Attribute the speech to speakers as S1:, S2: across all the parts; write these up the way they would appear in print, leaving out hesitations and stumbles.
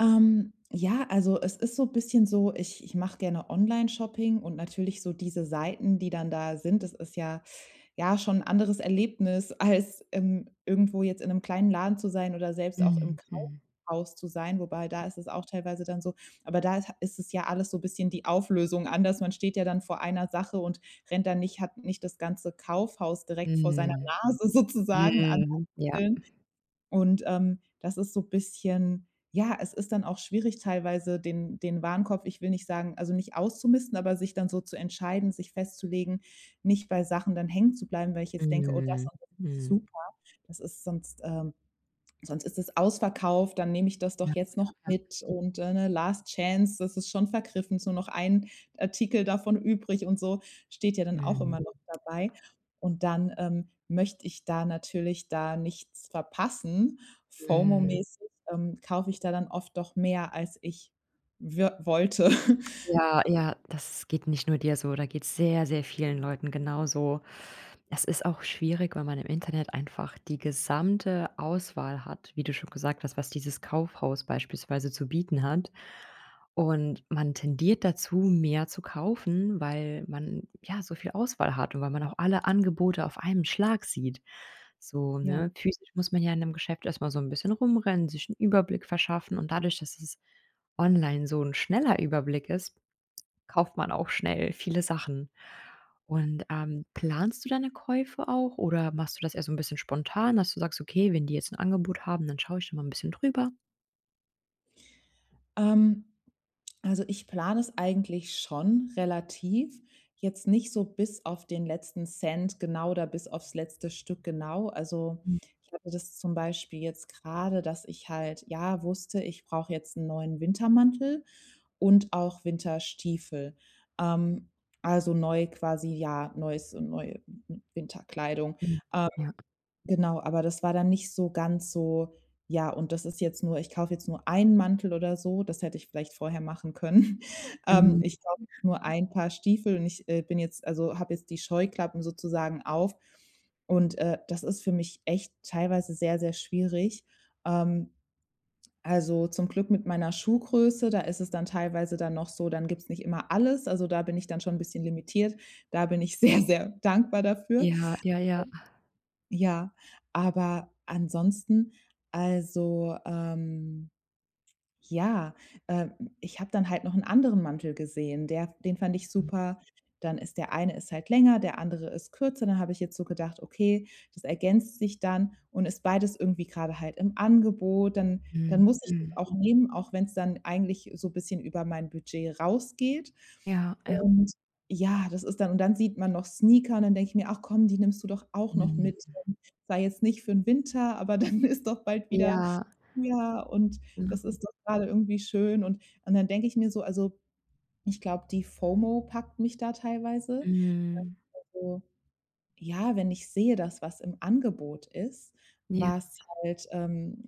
S1: Ja, also, es ist so 'n bisschen so, ich mache gerne Online-Shopping und natürlich so diese Seiten, die dann da sind, das ist ja schon ein anderes Erlebnis, als, irgendwo jetzt in einem kleinen Laden zu sein oder selbst auch im
S2: Mhm, mhm,
S1: Kaufhaus zu sein, wobei da ist es auch teilweise dann so. Aber da ist es ja alles so ein bisschen die Auflösung anders. Man steht ja dann vor einer Sache und rennt dann nicht, hat nicht das ganze Kaufhaus direkt vor seiner
S2: mhm,
S1: Nase sozusagen an.
S2: mhm, ja,
S1: Und, das ist so ein bisschen, ja, es ist dann auch schwierig teilweise, den Warenkorb, ich will nicht sagen also nicht auszumisten, aber sich dann so zu entscheiden, sich festzulegen, nicht bei Sachen dann hängen zu bleiben, weil ich jetzt denke: „Oh, das
S2: mhm,
S1: und das ist
S2: mhm,
S1: super.“ Das ist sonst, sonst ist es ausverkauft, dann nehme ich das doch
S2: ja,
S1: jetzt noch
S2: ja,
S1: mit, und, ne, Last Chance, das ist schon vergriffen, ist nur noch ein Artikel davon übrig und so, steht ja dann auch
S2: mhm,
S1: immer noch dabei. Und dann, möchte ich da natürlich da nichts verpassen.
S2: mhm.
S1: FOMO-mäßig, kaufe ich da dann oft doch mehr, als ich wir wollte.
S2: Ja, ja, das geht nicht nur dir so, da geht's sehr, sehr vielen Leuten genauso. Es ist auch schwierig, weil man im Internet einfach die gesamte Auswahl hat, wie du schon gesagt hast, was dieses Kaufhaus beispielsweise zu bieten hat. Und man tendiert dazu, mehr zu kaufen, weil man, ja, so viel Auswahl hat und weil man auch alle Angebote auf einem Schlag sieht. So,
S1: Ja,
S2: ne? Physisch muss man ja in einem Geschäft erstmal so ein bisschen rumrennen, sich einen Überblick verschaffen, und dadurch, dass es online so ein schneller Überblick ist, kauft man auch schnell viele Sachen. Und, planst du deine Käufe auch oder machst du das eher so ein bisschen spontan, dass du sagst: „Okay, wenn die jetzt ein Angebot haben, dann schaue ich da mal ein bisschen drüber?“
S1: ähm also, ich plane es eigentlich schon relativ, jetzt nicht so bis auf den letzten Cent genau oder bis aufs letzte Stück genau. Also,
S2: Mhm,
S1: ich hatte das zum Beispiel jetzt gerade, dass ich halt, ja, wusste, ich brauche jetzt einen neuen Wintermantel und auch Winterstiefel. Ähm, also, neu quasi, ja, neue Winterkleidung.
S2: mhm, ja.
S1: Genau, aber das war dann nicht so ganz so: „Ja, und das ist jetzt nur, ich kaufe jetzt nur einen Mantel oder so.“ Das hätte ich vielleicht vorher machen können.
S2: Mhm.
S1: Ich kaufe jetzt nur ein Paar Stiefel und ich, bin jetzt, also, habe jetzt die Scheuklappen sozusagen auf. Und, das ist für mich echt teilweise sehr, sehr schwierig. Ähm, also, zum Glück mit meiner Schuhgröße, da ist es dann teilweise dann noch so, dann gibt es nicht immer alles. Also, da bin ich dann schon ein bisschen limitiert. Da bin ich sehr, sehr dankbar dafür.
S2: Ja, ja, ja.
S1: Ja, aber ansonsten, also, ja, ähm, ich habe dann halt noch einen anderen Mantel gesehen, der den fand ich
S2: Mhm,
S1: super. Dann ist der eine ist halt länger, der andere ist kürzer. Dann habe ich jetzt so gedacht: „Okay, das ergänzt sich dann und ist beides irgendwie gerade halt im Angebot.“ Dann
S2: mhm,
S1: dann muss ich das
S2: mhm.
S1: auch nehmen, auch wenn es dann eigentlich so ein bisschen über mein Budget rausgeht.
S2: Ja, ja.
S1: Und ja, das ist dann, und dann sieht man noch Sneaker und dann denke ich mir: „Ach komm, die nimmst du doch auch noch
S2: Mhm.
S1: mit. Sei jetzt nicht für den Winter, aber dann ist doch bald wieder
S2: Ja,
S1: ja, und das
S2: genau.
S1: ist doch gerade irgendwie schön und dann denke ich mir so, also, ich glaube, die FOMO packt mich da teilweise.
S2: Mhm.
S1: Also ja, wenn ich sehe, dass was im Angebot ist,
S2: Ja.
S1: was halt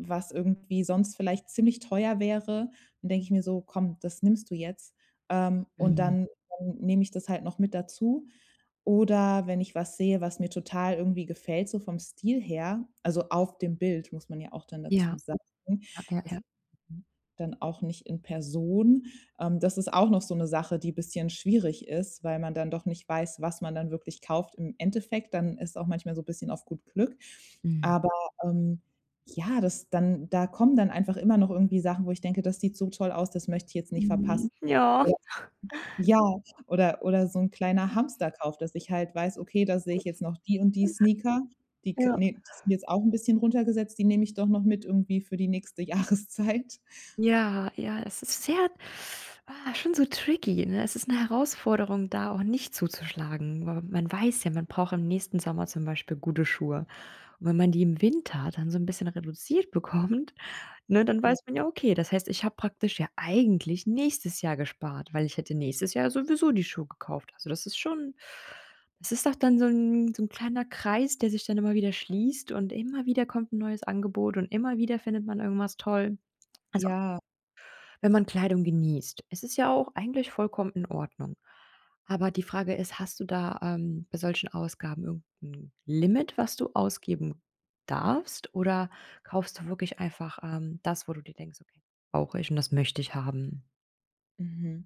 S1: was irgendwie sonst vielleicht ziemlich teuer wäre, dann denke ich mir so: „Komm, das nimmst du jetzt.“ und
S2: Mhm.
S1: dann nehme ich das halt noch mit dazu. Oder wenn ich was sehe, was mir total irgendwie gefällt, so vom Stil her, also auf dem Bild, muss man ja auch dann dazu
S2: Ja,
S1: sagen.
S2: ja, ja,
S1: Es
S2: ja.
S1: dann auch nicht in Person, das ist auch noch so eine Sache, die ein bisschen schwierig ist, weil man dann doch nicht weiß, was man dann wirklich kauft im Endeffekt. Dann ist auch manchmal so ein bisschen auf gut Glück.
S2: Mhm.
S1: Aber, ähm, ja, das dann da kommen dann einfach immer noch irgendwie Sachen, wo ich denke: „Das sieht so toll aus, das möchte ich jetzt nicht verpassen.“
S2: Mhm. Ja,
S1: Oder ja, oder so ein kleiner Hamsterkauf, dass ich halt weiß: „Okay, da sehe ich jetzt noch die und die Sneaker, die k
S2: ja.
S1: ne, die sind jetzt auch ein bisschen runtergesetzt, die nehme ich doch noch mit irgendwie für die nächste Jahreszeit.“
S2: Ja, ja, es ist sehr schon so tricky, ne? Es ist 'ne Herausforderung, da auch nicht zuzuschlagen, weil man weiß ja, man braucht im nächsten Sommer zum Beispiel gute Schuhe. Und wenn man die im Winter dann so 'n bisschen reduziert bekommt, ne, dann
S1: Ja.
S2: weiß man ja, okay, das heißt, ich habe praktisch ja eigentlich nächstes Jahr gespart, weil ich hätte nächstes Jahr sowieso die Schuhe gekauft. Also, das ist schon, das ist doch dann so ein, so 'n kleiner Kreis, der sich dann immer wieder schließt, und immer wieder kommt ein neues Angebot und immer wieder findet man irgendwas toll. Also,
S1: Ja,
S2: wenn man Kleidung genießt. Es ist ja auch eigentlich vollkommen in Ordnung. Aber die Frage ist, hast du da, bei solchen Ausgaben irgendein Limit, was du ausgeben darfst? Oder kaufst du wirklich einfach, das, wo du dir denkst: „Okay, brauche ich und das möchte ich haben?“
S1: mhm.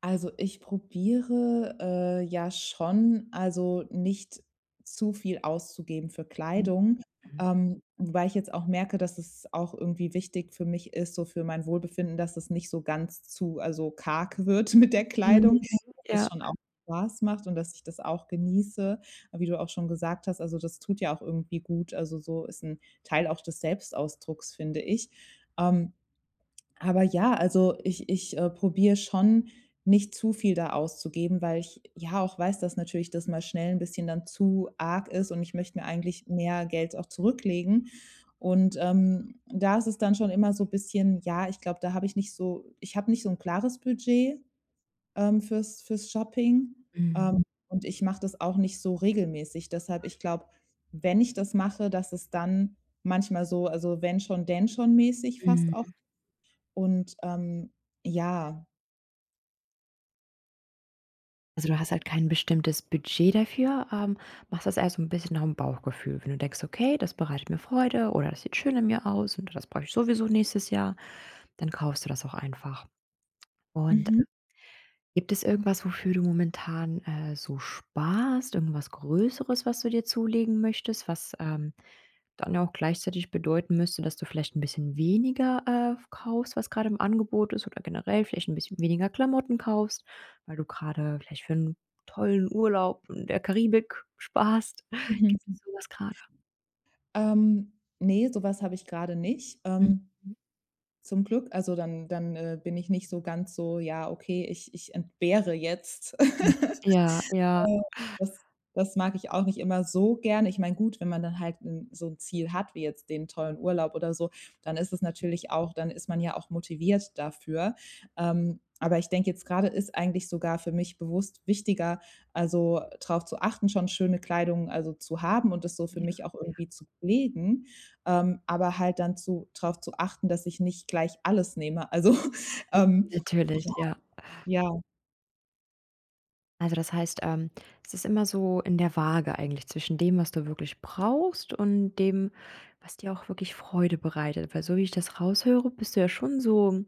S1: Also, ich probiere, ja schon, also, nicht zu viel auszugeben für
S2: Mhm.
S1: Kleidung, wobei ich jetzt auch merke, dass es auch irgendwie wichtig für mich ist, so für mein Wohlbefinden, dass es nicht so ganz zu, also, karg wird mit der
S2: Mhm.
S1: Kleidung, dass es
S2: Ja.
S1: schon auch Spaß macht und dass ich das auch genieße. Aber wie du auch schon gesagt hast, also, das tut ja auch irgendwie gut. Also, so ist ein Teil auch des Selbstausdrucks, finde ich. Ähm aber ja, also ich, probiere schon, nicht zu viel da auszugeben, weil ich ja auch weiß, dass natürlich das mal schnell ein bisschen dann zu arg ist und ich möchte mir eigentlich mehr Geld auch zurücklegen. Und, da ist es dann schon immer so ein bisschen, ja, ich glaube, da habe ich nicht so, ich habe nicht so ein klares Budget, fürs Shopping,
S2: Mhm.
S1: ähm, und ich mache das auch nicht so regelmäßig. Deshalb, ich glaube, wenn ich das mache, dass es dann manchmal so, also, wenn schon, denn schon mäßig fast auch und, ja.
S2: Also, du hast halt kein bestimmtes Budget dafür, machst das eher so 'n bisschen nach dem Bauchgefühl. Wenn du denkst: „Okay, das bereitet mir Freude“ oder „Das sieht schön in mir aus“ und „Das brauche ich sowieso nächstes Jahr“, dann kaufst du das auch einfach. Und
S1: Mhm.
S2: gibt es irgendwas, wofür du momentan, so sparst? Irgendwas Größeres, was du dir zulegen möchtest, was, dann ja auch gleichzeitig bedeuten müsste, dass du vielleicht ein bisschen weniger, kaufst, was gerade im Angebot ist, oder generell vielleicht ein bisschen weniger Klamotten kaufst, weil du gerade vielleicht für einen tollen Urlaub in der Karibik sparst.
S1: Mhm.
S2: Gibt es sowas gerade?
S1: Ähm, ne, sowas habe ich gerade nicht, zum Glück. Also, dann, bin ich nicht so ganz so: „Ja, okay, ich entbehre jetzt.“
S2: Mhm. Ja, ja,
S1: Ja, das das mag ich auch nicht immer so gerne. Ich meine, gut, wenn man dann halt 'n so 'n Ziel hat wie jetzt den tollen Urlaub oder so, dann ist es natürlich auch, dann ist man ja auch motiviert dafür. Aber ich denke, jetzt grade ist eigentlich sogar für mich bewusst wichtiger, also, drauf zu achten, schon schöne Kleidung, also, zu haben und das so für
S2: ja,
S1: mich auch
S2: ja,
S1: irgendwie zu pflegen, aber halt dann zu drauf zu achten, dass ich nicht gleich alles nehme. Also, ähm,
S2: natürlich, ja.
S1: ja, ja,
S2: Also, das heißt, es ist immer so in der Waage eigentlich zwischen dem, was du wirklich brauchst, und dem, was dir auch wirklich Freude bereitet. Weil so wie ich das raushöre, bist du ja schon so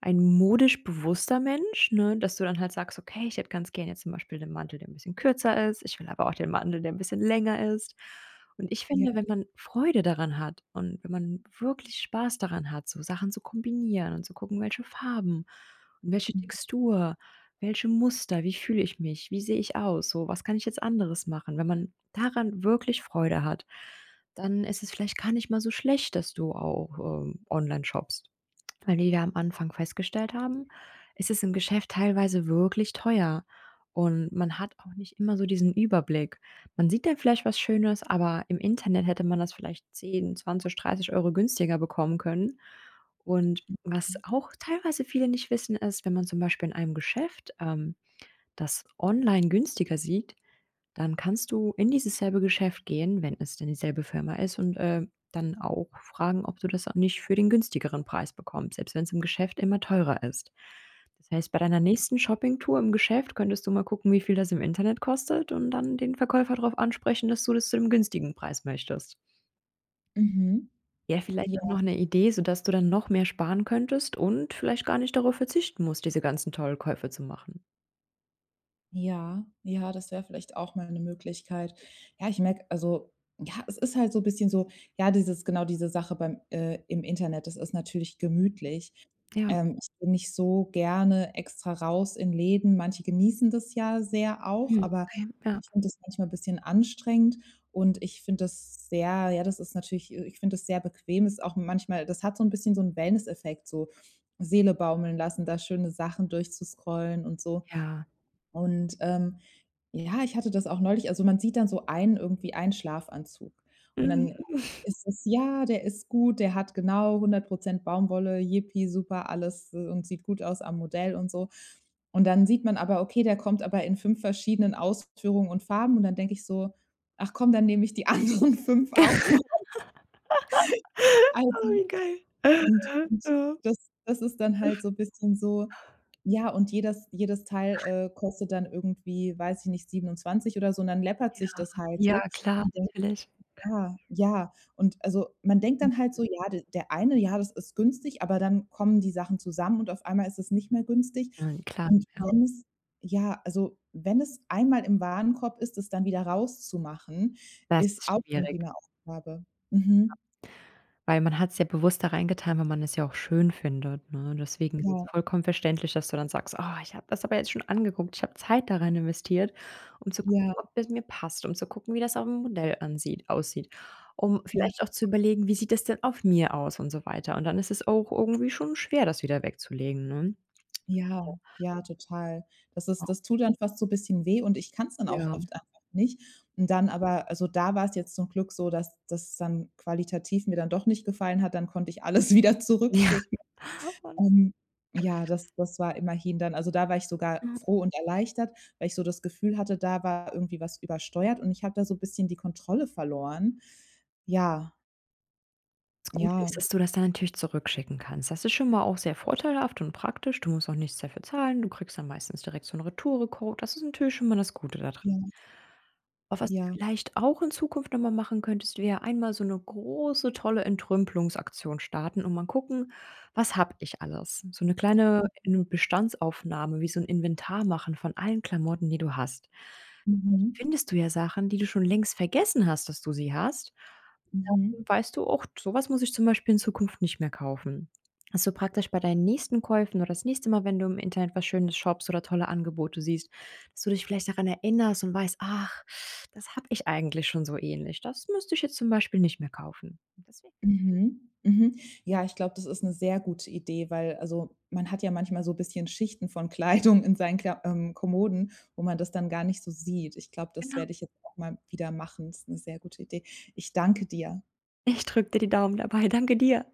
S2: ein modisch bewusster Mensch, ne, dass du dann halt sagst: „Okay, ich hätte ganz gern jetzt zum Beispiel den Mantel, der ein bisschen kürzer ist. Ich will aber auch den Mantel, der ein bisschen länger ist.“ Und ich
S1: ja.
S2: finde, wenn man Freude daran hat und wenn man wirklich Spaß daran hat, so Sachen zu kombinieren und zu gucken, welche Farben und welche
S1: Mhm.
S2: Textur, welche Muster? Wie fühle ich mich? Wie sehe ich aus? So, was kann ich jetzt anderes machen? Wenn man daran wirklich Freude hat, dann ist es vielleicht gar nicht mal so schlecht, dass du auch, online shoppst. Weil wie wir am Anfang festgestellt haben, es ist, es im Geschäft teilweise wirklich teuer, und man hat auch nicht immer so diesen Überblick. Man sieht dann vielleicht was Schönes, aber im Internet hätte man das vielleicht 10, 20, 30 Euro günstiger bekommen können. Und was auch teilweise viele nicht wissen, ist, wenn man zum Beispiel in einem Geschäft, das online günstiger sieht, dann kannst du in dieses selbe Geschäft gehen, wenn es denn dieselbe Firma ist, und, dann auch fragen, ob du das auch nicht für den günstigeren Preis bekommst, selbst wenn es im Geschäft immer teurer ist. Das heißt, bei deiner nächsten Shoppingtour im Geschäft könntest du mal gucken, wie viel das im Internet kostet, und dann den Verkäufer darauf ansprechen, dass du das zu dem günstigen Preis möchtest.
S1: Mhm.
S2: Ja, vielleicht
S1: Ja.
S2: auch noch eine Idee, sodass du dann noch mehr sparen könntest und vielleicht gar nicht darauf verzichten musst, diese ganzen tollen Käufe zu machen.
S1: Ja, ja, das wäre vielleicht auch mal eine Möglichkeit. Ja, ich merke, also, ja, es ist halt so ein bisschen so, ja, dieses, genau, diese Sache beim im Internet, das ist natürlich gemütlich.
S2: Ja,
S1: Ich bin nicht so gerne extra raus in Läden. Manche genießen das ja sehr auch,
S2: mhm,
S1: aber
S2: okay, ja.
S1: ich finde das manchmal ein bisschen anstrengend und ich finde das sehr, ja, das ist natürlich ich finde das sehr bequem. Ist auch manchmal, das hat so ein bisschen so 'n Wellness-Effekt, so Seele baumeln lassen, da schöne Sachen durchzuscrollen und so.
S2: Ja.
S1: Und, ja, ich hatte das auch neulich. Also, man sieht dann so einen irgendwie einen Schlafanzug und dann
S2: Mhm.
S1: ist es: „Ja, der ist gut, der hat genau 100 Baumwolle, Yippie, super alles, und sieht gut aus am Modell und so.“ Und dann sieht man aber, okay, der kommt aber in 5 verschiedenen Ausführungen und Farben und dann denke ich so: „Ach komm, dann nehme ich die anderen 5 auch noch als
S2: Oh, wie geil.
S1: und
S2: Ja.
S1: das das ist dann halt so 'n bisschen so, ja, und jedes Teil, kostet dann irgendwie, weiß ich nicht, 27 oder so und dann läppert sich das halt so
S2: Ja, klar,
S1: und denkt:
S2: natürlich.
S1: „Ah, ja.“ Und also, man denkt dann halt so: „Ja, de der eine, ja, das ist günstig“, aber dann kommen die Sachen zusammen und auf einmal ist es nicht mehr günstig.
S2: Nein, klar,
S1: Und
S2: ja.
S1: wenn es Ja, also, wenn es einmal im Warenkorb ist, es dann wieder rauszumachen,
S2: Das
S1: ist
S2: ist
S1: auch irgendwie
S2: schwierig,
S1: 'ne Aufgabe. Mhm.
S2: weil man hat's ja bewusst da reingetan, weil man es ja auch schön findet, ne? Deswegen ist es
S1: Ja,
S2: vollkommen verständlich, dass du dann sagst: „Oh, ich habe das aber jetzt schon angeguckt. Ich habe Zeit da rein investiert, um zu gucken,
S1: ja,
S2: ob das mir passt, um zu gucken, wie das auf'm Modell ansieht aussieht, um
S1: ja.
S2: vielleicht auch zu überlegen, wie sieht das denn auf mir aus?“ und so weiter. Und dann ist es auch irgendwie schon schwer, das wieder wegzulegen, ne?
S1: Ja,
S2: Ja.
S1: ja, total. Das ist, das tut dann fast so ein bisschen weh und ich kann es dann auch
S2: Ja.
S1: oft einfach nicht. Und dann aber, also, da war es jetzt zum Glück so, dass das dann qualitativ mir dann doch nicht gefallen hat, dann konnte ich alles wieder zurückschicken. Ähm, ja, das war immerhin dann, also, da war ich sogar
S2: Ja. Und
S1: froh und erleichtert, weil ich so das Gefühl hatte, da war irgendwie was übersteuert und ich habe da so ein bisschen die Kontrolle verloren. Ja,
S2: das Gute
S1: ja,
S2: ist, dass du das dann natürlich zurückschicken kannst. Das ist schon mal auch sehr vorteilhaft und praktisch. Du musst auch nichts dafür zahlen. Du kriegst dann meistens direkt so einen Retoure-Code. Das ist natürlich schon mal das Gute da dran.
S1: ja,
S2: Aber was du
S1: ja.
S2: vielleicht auch in Zukunft noch mal machen könntest, wäre einmal so eine große, tolle Entrümpelungsaktion starten und mal gucken: „Was habe ich alles?“ So eine kleine n Bestandsaufnahme, wie so ein Inventar machen von allen Klamotten, die du hast.
S1: Mhm,
S2: Findest du ja Sachen, die du schon längst vergessen hast, dass du sie hast.
S1: mhm.
S2: Dann weißt du: „Och, sowas muss ich zum Beispiel in Zukunft nicht mehr kaufen.“ Dass du praktisch bei deinen nächsten Käufen oder das nächste Mal, wenn du im Internet was Schönes shoppst oder tolle Angebote siehst, dass du dich vielleicht daran erinnerst und weißt: „Ach, das habe ich eigentlich schon so ähnlich. Das müsste ich jetzt zum Beispiel nicht mehr kaufen.“ Deswegen.
S1: Mhm, mhm. Ja, ich glaube, das ist eine sehr gute Idee, weil, also, man hat ja manchmal so ein bisschen Schichten von Kleidung in seinen Kla Kommoden, wo man das dann gar nicht so sieht. Ich glaube, das
S2: Genau.
S1: werde ich jetzt auch mal wieder machen. Das ist eine sehr gute Idee. Ich danke dir.
S2: Ich drücke dir die Daumen dabei. Danke dir.